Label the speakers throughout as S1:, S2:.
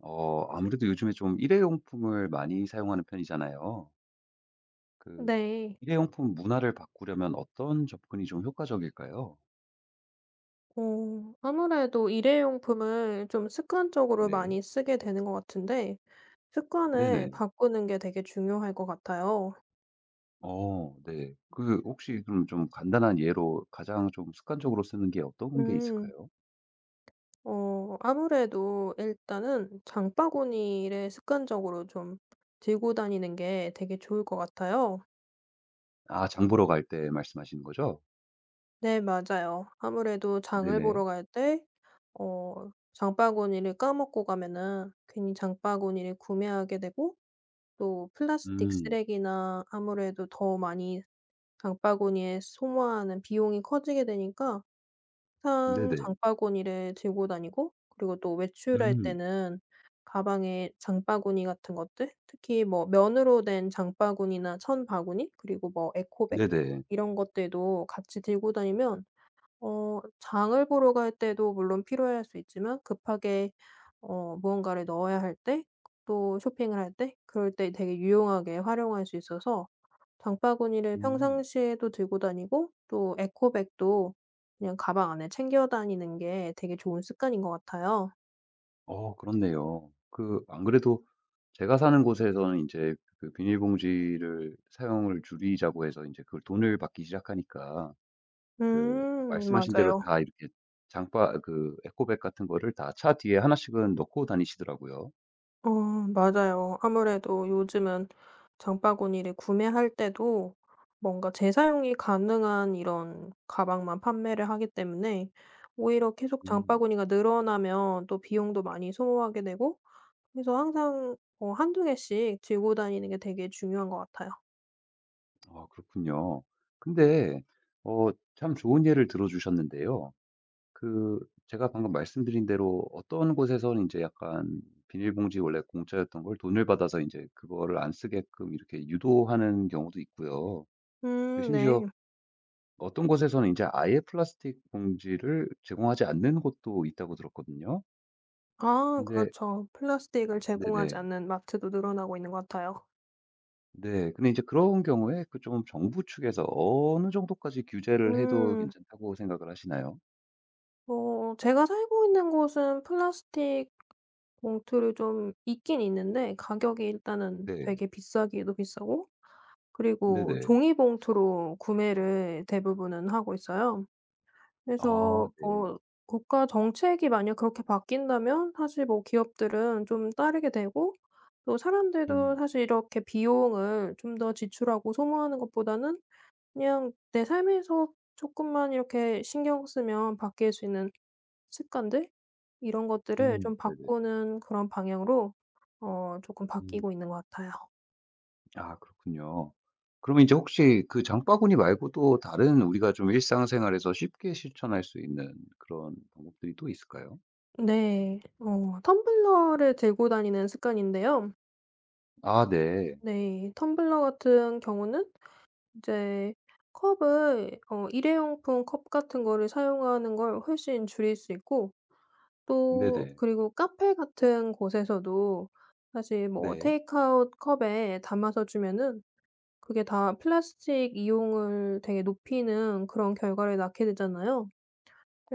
S1: 아무래도 요즘에 좀 일회용품을 많이 사용하는 편이잖아요. 그
S2: 네.
S1: 일회용품 문화를 바꾸려면 어떤 접근이 좀 효과적일까요?
S2: 아무래도 일회용품을 좀 습관적으로
S1: 네.
S2: 많이 쓰게 되는 것 같은데 습관을
S1: 네네.
S2: 바꾸는 게 되게 중요할 것 같아요.
S1: 어 네. 혹시 그럼 좀 간단한 예로 가장 좀 습관적으로 쓰는 게 어떤 게
S2: 음.
S1: 있을까요?
S2: 아무래도 일단은 장바구니를 습관적으로 좀 들고 다니는 게 되게 좋을 것 같아요.
S1: 아 장 보러 갈 때 말씀하시는 거죠?
S2: 네, 맞아요. 아무래도 장을
S1: 네네.
S2: 보러 갈 때 장바구니를 까먹고 가면은 괜히 장바구니를 구매하게 되고 또 플라스틱
S1: 음.
S2: 쓰레기나 아무래도 더 많이 장바구니에 소모하는 비용이 커지게 되니까 항상
S1: 네네.
S2: 장바구니를 들고 다니고, 그리고 또 외출할
S1: 음.
S2: 때는 가방에 장바구니 같은 것들, 특히 뭐 면으로 된 장바구니나 천바구니 그리고 뭐 에코백
S1: 네네.
S2: 이런 것들도 같이 들고 다니면 장을 보러 갈 때도 물론 필요할 수 있지만, 급하게 무언가를 넣어야 할 때, 또 쇼핑을 할 때 그럴 때 되게 유용하게 활용할 수 있어서 장바구니를
S1: 음.
S2: 평상시에도 들고 다니고, 또 에코백도 그냥 가방 안에 챙겨 다니는 게 되게 좋은 습관인 것 같아요.
S1: 그렇네요. 안 그래도 제가 사는 곳에서는 이제 그 비닐봉지를 사용을 줄이자고 해서 이제그 돈을 받기 시작하니까 그
S2: 음,
S1: 말씀하신 대로
S2: 맞아요.
S1: 다 이렇게 장바 그 에코백 같은 거를 다 차 뒤에 하나씩은 넣고 다니시더라고요.
S2: 맞아요. 아무래도 요즘은 장바구니를 구매할 때도 뭔가 재사용이 가능한 이런 가방만 판매를 하기 때문에 오히려 계속
S1: 음.
S2: 장바구니가 늘어나면 또 비용도 많이 소모하게 되고, 그래서 항상 어두 개씩 들고 다니는 게 되게 중요한 것 같아요.
S1: 아 그렇군요. 근데 참 좋은 예를 들어 주셨는데요. 그 제가 방금 말씀드린 대로 어떤 곳에서는 이제 약간 비닐봉지 원래 공짜였던 걸 돈을 받아서 이제 그거를 안 쓰게끔 이렇게 유도하는 경우도 있고요.
S2: 음, 네.
S1: 심지어 어떤 곳에서는 이제 아예 플라스틱 봉지를 제공하지 않는 곳도 있다고 들었거든요.
S2: 아,
S1: 근데
S2: 그렇죠. 플라스틱을 제공하지
S1: 네네.
S2: 않는 마트도 늘어나고 있는 것 같아요.
S1: 네. 근데 이제 그런 경우에 좀 정부 측에서 어느 정도까지 규제를 해도
S2: 음.
S1: 괜찮다고 생각을 하시나요?
S2: 뭐 제가 살고 있는 곳은 플라스틱 봉투를 좀 있긴 있는데 가격이 일단은
S1: 네.
S2: 되게 비싸기도 비싸고, 그리고
S1: 네네.
S2: 종이 봉투로 구매를 대부분은 하고 있어요.
S1: 아
S2: 그래서
S1: 네.
S2: 뭐 국가 정책이 만약 그렇게 바뀐다면 사실 뭐 기업들은 좀 따르게 되고, 또 사람들도
S1: 음.
S2: 사실 이렇게 비용을 좀 더 지출하고 소모하는 것보다는 그냥 내 삶에서 조금만 이렇게 신경 쓰면 바뀔 수 있는 습관들, 이런 것들을
S1: 음.
S2: 좀
S1: 네네.
S2: 바꾸는 그런 방향으로 조금
S1: 음.
S2: 바뀌고 있는 것 같아요.
S1: 아 그렇군요. 그러면 이제 혹시 그 장바구니 말고도 다른 우리가 좀 일상생활에서 쉽게 실천할 수 있는 그런 방법들이 또 있을까요?
S2: 네. 텀블러를 들고 다니는 습관인데요.
S1: 아 네.
S2: 네. 텀블러 같은 경우는 이제 컵을, 일회용품 컵 같은 거를 사용하는 걸 훨씬 줄일 수 있고, 또
S1: 네네.
S2: 그리고 카페 같은 곳에서도 사실 뭐
S1: 네.
S2: 테이크아웃 컵에 담아서 주면은 그게 다 플라스틱 이용을 되게 높이는 그런 결과를 낳게 되잖아요.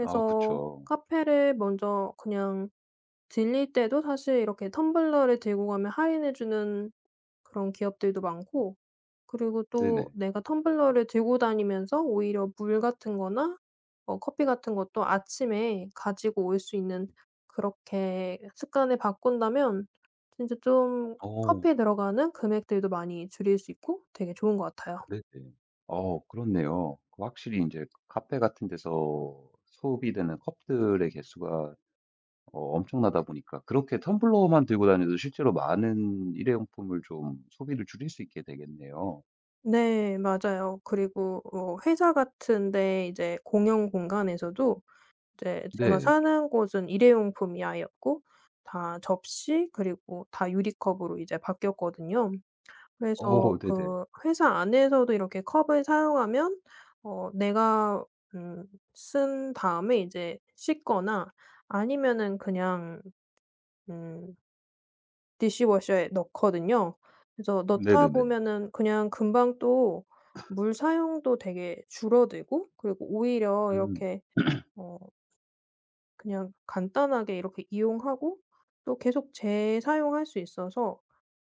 S1: 아 그쵸.
S2: 카페를 먼저 그냥 들릴 때도 사실 이렇게 텀블러를 들고 가면 할인해 주는 그런 기업들도 많고, 그리고 또
S1: 네네.
S2: 내가 텀블러를 들고 다니면서 오히려 물 같은 거나 커피 같은 것도 아침에 가지고 올 수 있는, 그렇게 습관을 바꾼다면 진짜 좀
S1: 어
S2: 커피에 들어가는 금액들도 많이 줄일 수 있고 되게 좋은 것 같아요.
S1: 네네. 그렇네요. 확실히 이제 카페 같은 데서 소비되는 컵들의 개수가 엄청나다 보니까 그렇게 텀블러만 들고 다녀도 실제로 많은 일회용품을 좀 소비를 줄일 수 있게 되겠네요.
S2: 네, 맞아요. 그리고 회사 같은 데 이제 공용 공간에서도, 이제 제가
S1: 네.
S2: 사는 곳은 일회용품이 아예 없고 다 접시 그리고 다 유리컵으로 이제 바뀌었거든요. 그래서
S1: 어 네네.
S2: 그 회사 안에서도 이렇게 컵을 사용하면 내가 음 쓴 다음에 이제 씻거나 아니면은 그냥 음 디시워셔에 넣거든요. 그래서 넣다
S1: 네네네.
S2: 보면은 그냥 금방 또 물 사용도 되게 줄어들고, 그리고 오히려
S1: 음.
S2: 이렇게 어 그냥 간단하게 이렇게 이용하고 또 계속 재사용할 수 있어서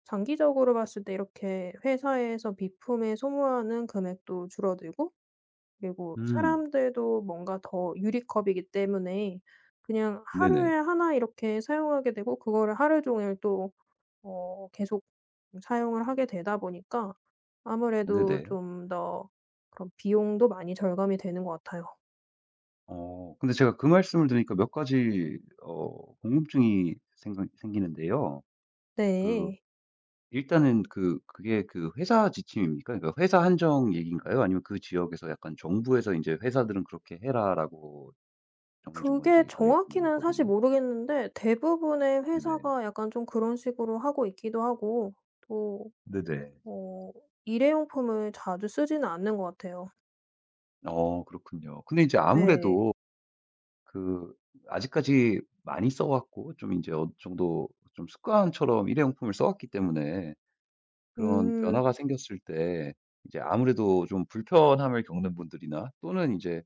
S2: 장기적으로 봤을 때 이렇게 회사에서 비품에 소모하는 금액도 줄어들고, 그리고
S1: 음.
S2: 사람들도 뭔가 더 유리컵이기 때문에 그냥 하루에
S1: 네네.
S2: 하나 이렇게 사용하게 되고, 그거를 하루 종일 또 계속 사용을 하게 되다 보니까 아무래도
S1: 네네.
S2: 좀 더 그런 비용도 많이 절감이 되는 것 같아요.
S1: 근데 제가 그 말씀을 드리니까 몇 가지 궁금증이 생각 생기는데요. 그
S2: 네.
S1: 일단은 그게 그 회사 지침입니까? 그러니까 회사 한정 얘기인가요? 아니면 그 지역에서 약간 정부에서 이제 "회사들은 그렇게 해라."라고 정해 준
S2: 그게
S1: 건지 그게
S2: 정확히는 사실
S1: 궁금하거든요.
S2: 모르겠는데 대부분의
S1: 네네.
S2: 회사가 약간 좀 그런 식으로 하고 있기도 하고, 또
S1: 네네.
S2: 어 일회용품을 자주 쓰지는 않는 것 같아요.
S1: 그렇군요. 근데 이제
S2: 네.
S1: 아무래도 그 아직까지 많이 써 왔고 좀 이제 어느 정도 좀 습관처럼 일회용품을 써 왔기 때문에 그런
S2: 음.
S1: 변화가 생겼을 때 이제 아무래도 좀 불편함을 겪는 분들이나 또는 이제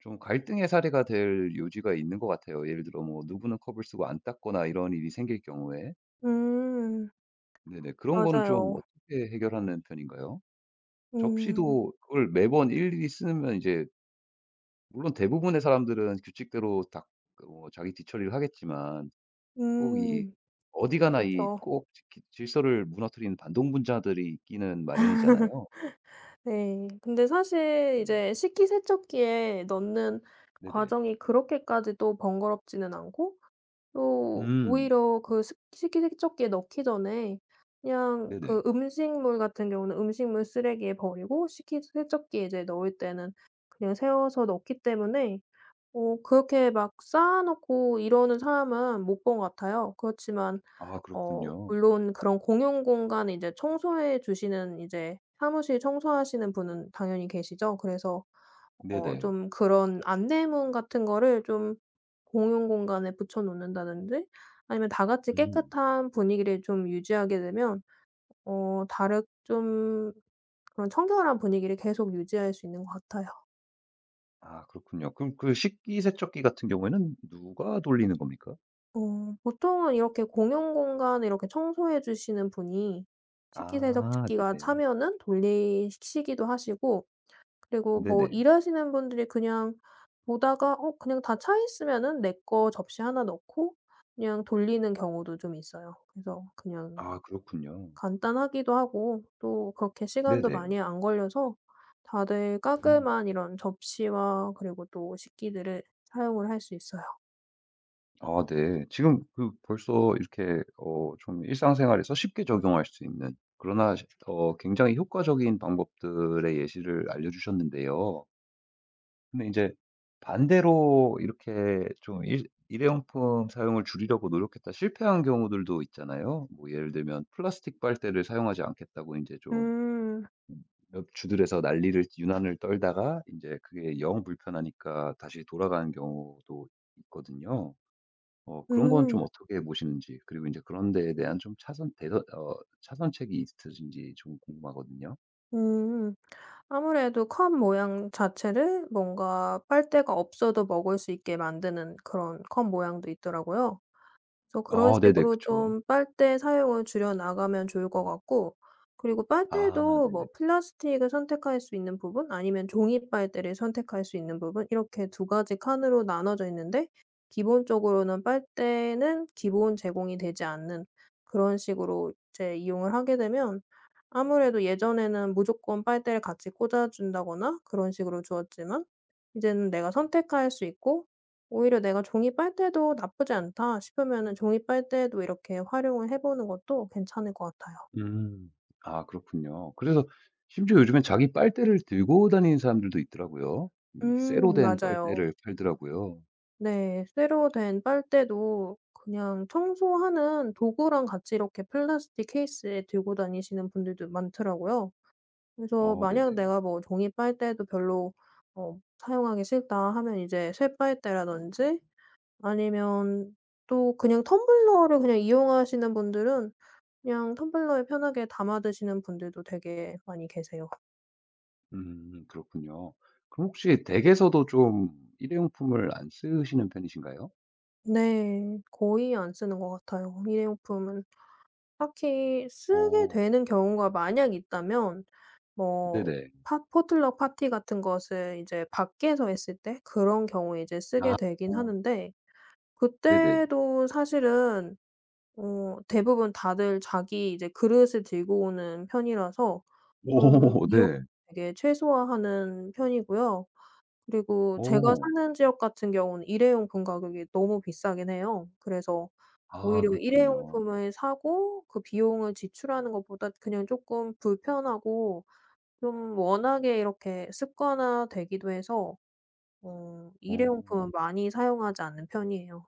S1: 좀 갈등의 사례가 될 요지가 있는 것 같아요. 예를 들어 뭐 누구는 컵을 쓰고 안 닦거나 이런 일이 생길 경우에.
S2: 음.
S1: 네네. 그런 거는 좀
S2: 맞아요.
S1: 어떻게 해결하는 편인가요?
S2: 음.
S1: 접시도 그걸 매번 일일이 쓰면 이제 물론 대부분의 사람들은 규칙대로 다 자기 뒤처리를 하겠지만 꼭 이
S2: 음.
S1: 어디 가나 이
S2: 그쵸.
S1: 꼭 질서를 무너뜨리는 반동분자들이 있기는 마련이잖아요.
S2: 네. 근데 사실
S1: 음,
S2: 이제 식기세척기에 넣는
S1: 네네.
S2: 과정이 그렇게까지 또 번거롭지는 않고, 또
S1: 음.
S2: 오히려 그 식기세척기에 넣기 전에 그냥
S1: 네네.
S2: 그 음식물 같은 경우는 음식물 쓰레기에 버리고, 식기세척기에 이제 넣을 때는 그냥 세워서 넣기 때문에 그렇게 막 쌓아 놓고 이러는 사람은 못 본 것 같아요. 그렇지만
S1: 아 그렇군요.
S2: 물론 그런 공용 공간, 이제 청소해 주시는, 이제 사무실 청소하시는 분은 당연히 계시죠. 그래서
S1: 네네.
S2: 좀 그런 안내문 같은 거를 좀 공용 공간에 붙여 놓는다든지 아니면 다 같이
S1: 음.
S2: 깨끗한 분위기를 좀 유지하게 되면 다른 좀 그런 청결한 분위기를 계속 유지할 수 있는 것 같아요.
S1: 아 그렇군요. 그럼 그 식기세척기 같은 경우에는 누가 돌리는 겁니까?
S2: 보통은 이렇게 공용 공간을 이렇게 청소해 주시는 분이
S1: 아
S2: 식기세척기가
S1: 네네.
S2: 차면은 돌리시기도 하시고, 그리고 뭐
S1: 네네.
S2: 일하시는 분들이 그냥 보다가 그냥 다 차 있으면은 내 거 접시 하나 넣고 그냥 돌리는 경우도 좀 있어요. 그래서 그냥
S1: 아 그렇군요.
S2: 간단하기도 하고 또 그렇게 시간도
S1: 네네.
S2: 많이 안 걸려서 다들
S1: 음.
S2: 깔끔한 이런 접시와 그리고 또 식기들을 사용을 할 수 있어요.
S1: 아 네. 지금 벌써 이렇게 좀 일상생활에서 쉽게 적용할 수 있는 그러나 시 어 굉장히 효과적인 방법들의 예시를 알려 주셨는데요. 근데 이제 반대로 이렇게 좀 일 일회용품 사용을 줄이려고 노력했다 실패한 경우들도 있잖아요. 뭐 예를 들면 플라스틱 빨대를 사용하지 않겠다고 이제 좀
S2: 음.
S1: 몇 주들에서 난리를 유난을 떨다가 이제 그게 영 불편하니까 다시 돌아가는 경우도 있거든요. 그런 건
S2: 음.
S1: 좀 어떻게 보시는지 그리고 이제 그런 데에 대한 좀 차선 대선 어 차선책이 있으신지 좀 궁금하거든요.
S2: 음. 아무래도 컵 모양 자체를 뭔가 빨대가 없어도 먹을 수 있게 만드는 그런 컵 모양도 있더라고요. 그래서 그런
S1: 아 네네.
S2: 식으로
S1: 그쵸.
S2: 좀 빨대 사용을 줄여 나가면 좋을 것 같고, 그리고
S1: 아
S2: 빨대도
S1: 네네.
S2: 뭐 플라스틱을 선택할 수 있는 부분, 아니면 종이 빨대를 선택할 수 있는 부분, 이렇게 두 가지 칸으로 나눠져 있는데, 기본적으로는 빨대는 기본 제공이 되지 않는 그런 식으로 이제 이용을 하게 되면 아무래도 예전에는 무조건 빨대를 같이 꽂아 준다거나 그런 식으로 주었지만 이제는 내가 선택할 수 있고, 오히려 '내가 종이 빨대도 나쁘지 않다.' 싶으면은 종이 빨대도 이렇게 활용을 해 보는 것도 괜찮을 것 같아요.
S1: 음. 아 그렇군요. 그래서 심지어 요즘엔 자기 빨대를 들고 다니는 사람들도 있더라고요. 이 쇠로
S2: 음,
S1: 된
S2: 맞아요.
S1: 빨대를 팔더라고요.
S2: 네. 쇠로 된 빨대도 그냥 청소하는 도구랑 같이 이렇게 플라스틱 케이스에 들고 다니시는 분들도 많더라고요. 그래서
S1: 어 네네.
S2: 만약 내가 뭐 종이 빨대도 별로 사용하기 싫다 하면 이제 쇠빨대라든지, 아니면 또 그냥 텀블러를 그냥 이용하시는 분들은 그냥 텀블러에 편하게 담아 드시는 분들도 되게 많이 계세요.
S1: 그렇군요. 그럼 혹시 댁에서도 좀 일회용품을 안 쓰시는 편이신가요?
S2: 네. 거의 안 쓰는 것 같아요. 일회용품은 딱히 쓰게
S1: 어
S2: 되는 경우가 만약 있다면 뭐
S1: 네네.
S2: 파틀럭 파티 같은 것을 이제 밖에서 했을 때 그런 경우에 이제 쓰게
S1: 아
S2: 되긴 하는데,
S1: 네네.
S2: 그때도 사실은 대부분 다들 자기 이제 그릇을 들고 오는 편이라서 좀
S1: 오
S2: 이용을
S1: 네.
S2: 되게 최소화하는 편이고요. 그리고 제가
S1: 오
S2: 사는 지역 같은 경우는 일회용품 가격이 너무 비싸긴 해요. 그래서
S1: 아
S2: 오히려
S1: 그렇군요.
S2: 일회용품을 사고 그 비용을 지출하는 것보다 그냥 쪼끔 불편하고 좀 워낙에 이렇게 습관화되기도 해서
S1: 오
S2: 일회용품은 많이 사용하지 않는 편이에요.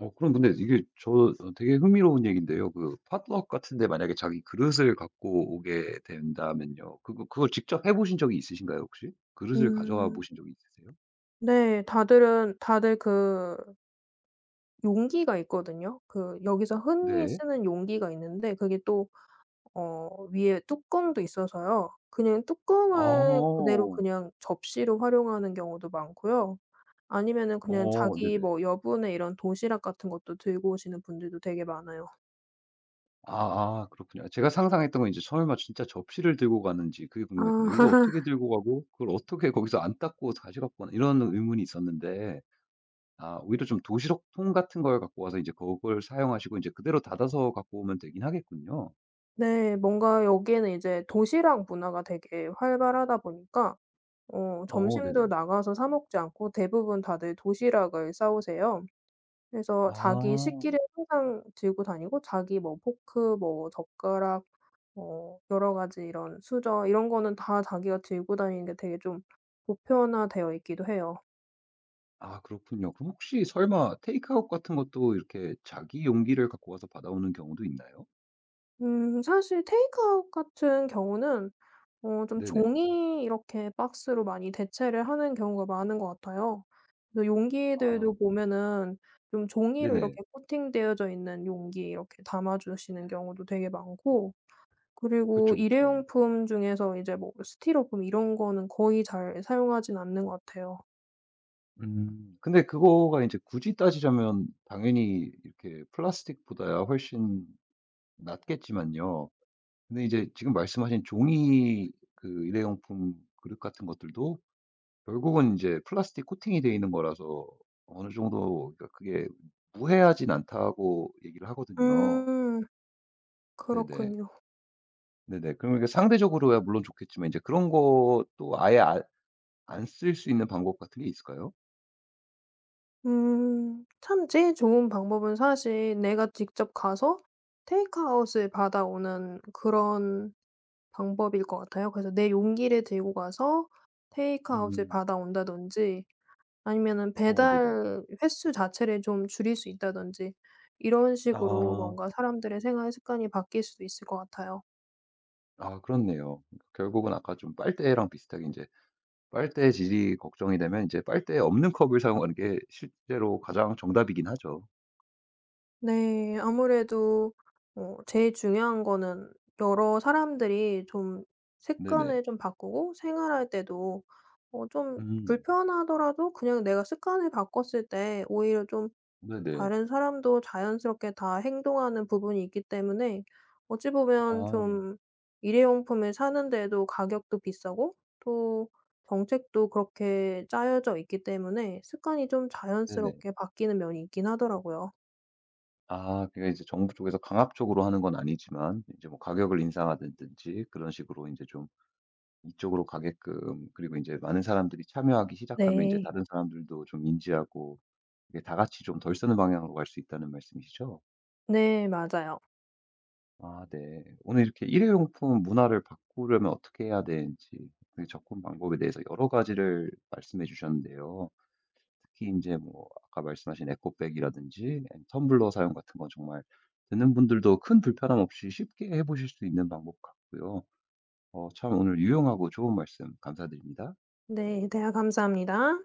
S1: 그럼 근데 이게 되게 흥미로운 얘기인데요. P o 같은 데 만약에 자기 그릇을 갖고 오게 된다면요. 그거 그걸 직접 해 보신 적이 있으신가요, 혹시? 그릇을 가져와
S2: 음.
S1: 보신 적이 있으세요?
S2: 네. 다들 그 용기가 있거든요. 그 여기서 흔히
S1: 네.
S2: 쓰는 용기가 있는데 그게 또 위에 뚜껑도 있어서요. 그냥 뚜껑을
S1: 아.
S2: 그대로 그냥 접시로 활용하는 경우도 많고요. 아니면은 그냥
S1: 어
S2: 자기
S1: 네네.
S2: 뭐 여분의 이런 도시락 같은 것도 들고 오시는 분들도 되게 많아요.
S1: 아아 그렇군요. 제가 상상했던 건 이제 설마 진짜 접시를 들고 가는지 그게
S2: 아.
S1: 궁금했거든요. 이거 어떻게 들고 가고 그걸 어떻게 거기서 안 닦고 다시 갖고 오나 이런 의문이 있었는데 아 오히려 좀 도시락통 같은 걸 갖고 와서 이제 그걸 사용하시고 이제 그대로 닫아서 갖고 오면 되긴 하겠군요.
S2: 네. 뭔가 여기에는 이제 도시락 문화가 되게 활발하다 보니까
S1: 어
S2: 점심도
S1: 네네.
S2: 나가서 사 먹지 않고 대부분 다들 도시락을 싸 오세요. 그래서 자기
S1: 아.
S2: 식기를 항상 들고 다니고, 자기 뭐 포크, 뭐 젓가락, 뭐 여러 가지 이런 수저 이런 거는 다 자기가 들고 다니는 게 되게 좀 보편화되어 있기도 해요.
S1: 아 그렇군요. 그럼 혹시 설마 테이크아웃 같은 것도 이렇게 자기 용기를 갖고 와서 받아오는 경우도 있나요?
S2: 사실 테이크아웃 같은 경우는 좀
S1: 네네.
S2: 종이, 이렇게 박스로 많이 대체를 하는 경우가 많은 것 같아요. 그래서 용기들도
S1: 아
S2: 보면은 좀 종이로
S1: 네네.
S2: 이렇게 코팅되어져 있는 용기, 이렇게 담아 주시는 경우도 되게 많고, 그리고
S1: 그쵸, 그쵸.
S2: 일회용품 중에서 이제 뭐 스티로폼 이런 거는 거의 잘 사용하진 않는 것 같아요.
S1: 음. 근데 그거가 이제 굳이 따지자면 당연히 이렇게 플라스틱보다야 훨씬 낫겠지만요. 근데 이제 지금 말씀하신 종이 일회용품 그릇 같은 것들도 결국은 이제 플라스틱 코팅이 되어 있는 거라서 어느 정도 그러니까 그게 무해하진 않다고 얘기를 하거든요.
S2: 음.
S1: 네네.
S2: 그렇군요.
S1: 네네. 그러면 이게 상대적으로야 물론 좋겠지만 이제 그런 것도 아예 안쓸 수 있는 방법 같은 게 있을까요?
S2: 참 제일 좋은 방법은 사실 내가 직접 가서 테이크아웃을 받아오는 그런 방법일 것 같아요. 그래서 내 용기를 들고 가서 테이크아웃을
S1: 음.
S2: 받아온다든지, 아니면은
S1: 어 네네.
S2: 배달 횟수 자체를 좀 줄일 수 있다든지, 이런 식으로
S1: 아.
S2: 뭔가 사람들의 생활 습관이 바뀔 수도 있을 것 같아요.
S1: 아 그렇네요. 그러니까 결국은 아까 좀 빨대랑 비슷하게 이제 빨대 질이 걱정이 되면 이제 빨대 없는 컵을 사용하는 게 실제로 가장 정답이긴 하죠.
S2: 네. 아무래도 제일 중요한 거는 여러 사람들이 좀
S1: 네네.
S2: 습관을 좀 바꾸고, 생활할 때도 좀
S1: 음.
S2: 불편하더라도 그냥 내가 습관을 바꿨을 때 오히려 좀
S1: 네네.
S2: 다른 사람도 자연스럽게 다 행동하는 부분이 있기 때문에, 어찌 보면
S1: 아.
S2: 좀 일회용품을 사는데도 가격도 비싸고, 또 정책도 그렇게 짜여져 있기 때문에 습관이 좀
S1: 네네.
S2: 자연스럽게 바뀌는 면이 있긴 하더라고요.
S1: 아 그게 이제 정부 쪽에서 강압적으로 하는 건 아니지만 이제 뭐 가격을 인상하든지 그런 식으로 이제 좀 이쪽으로 가게끔 그리고 이제 많은 사람들이 참여하기 시작하면 이제
S2: 네.
S1: 다른 사람들도 좀 인지하고 이게 다 같이 좀 덜 쓰는 방향으로 갈 수 있다는 말씀이시죠?
S2: 네, 맞아요.
S1: 아 네. 오늘 이렇게 일회용품 문화를 바꾸려면 어떻게 해야 되는지 그 접근 방법에 대해서 여러 가지를 말씀해 주셨는데요. 특히 이제 뭐 아까 말씀하신 에코백이라든지 아니면 텀블러 사용 같은 건 정말 듣는 분들도 큰 불편함 없이 쉽게 해 보실 수 있는 방법 같고요. 참 오늘 유용하고 좋은 말씀 감사드립니다.
S2: 네, 대화 감사합니다.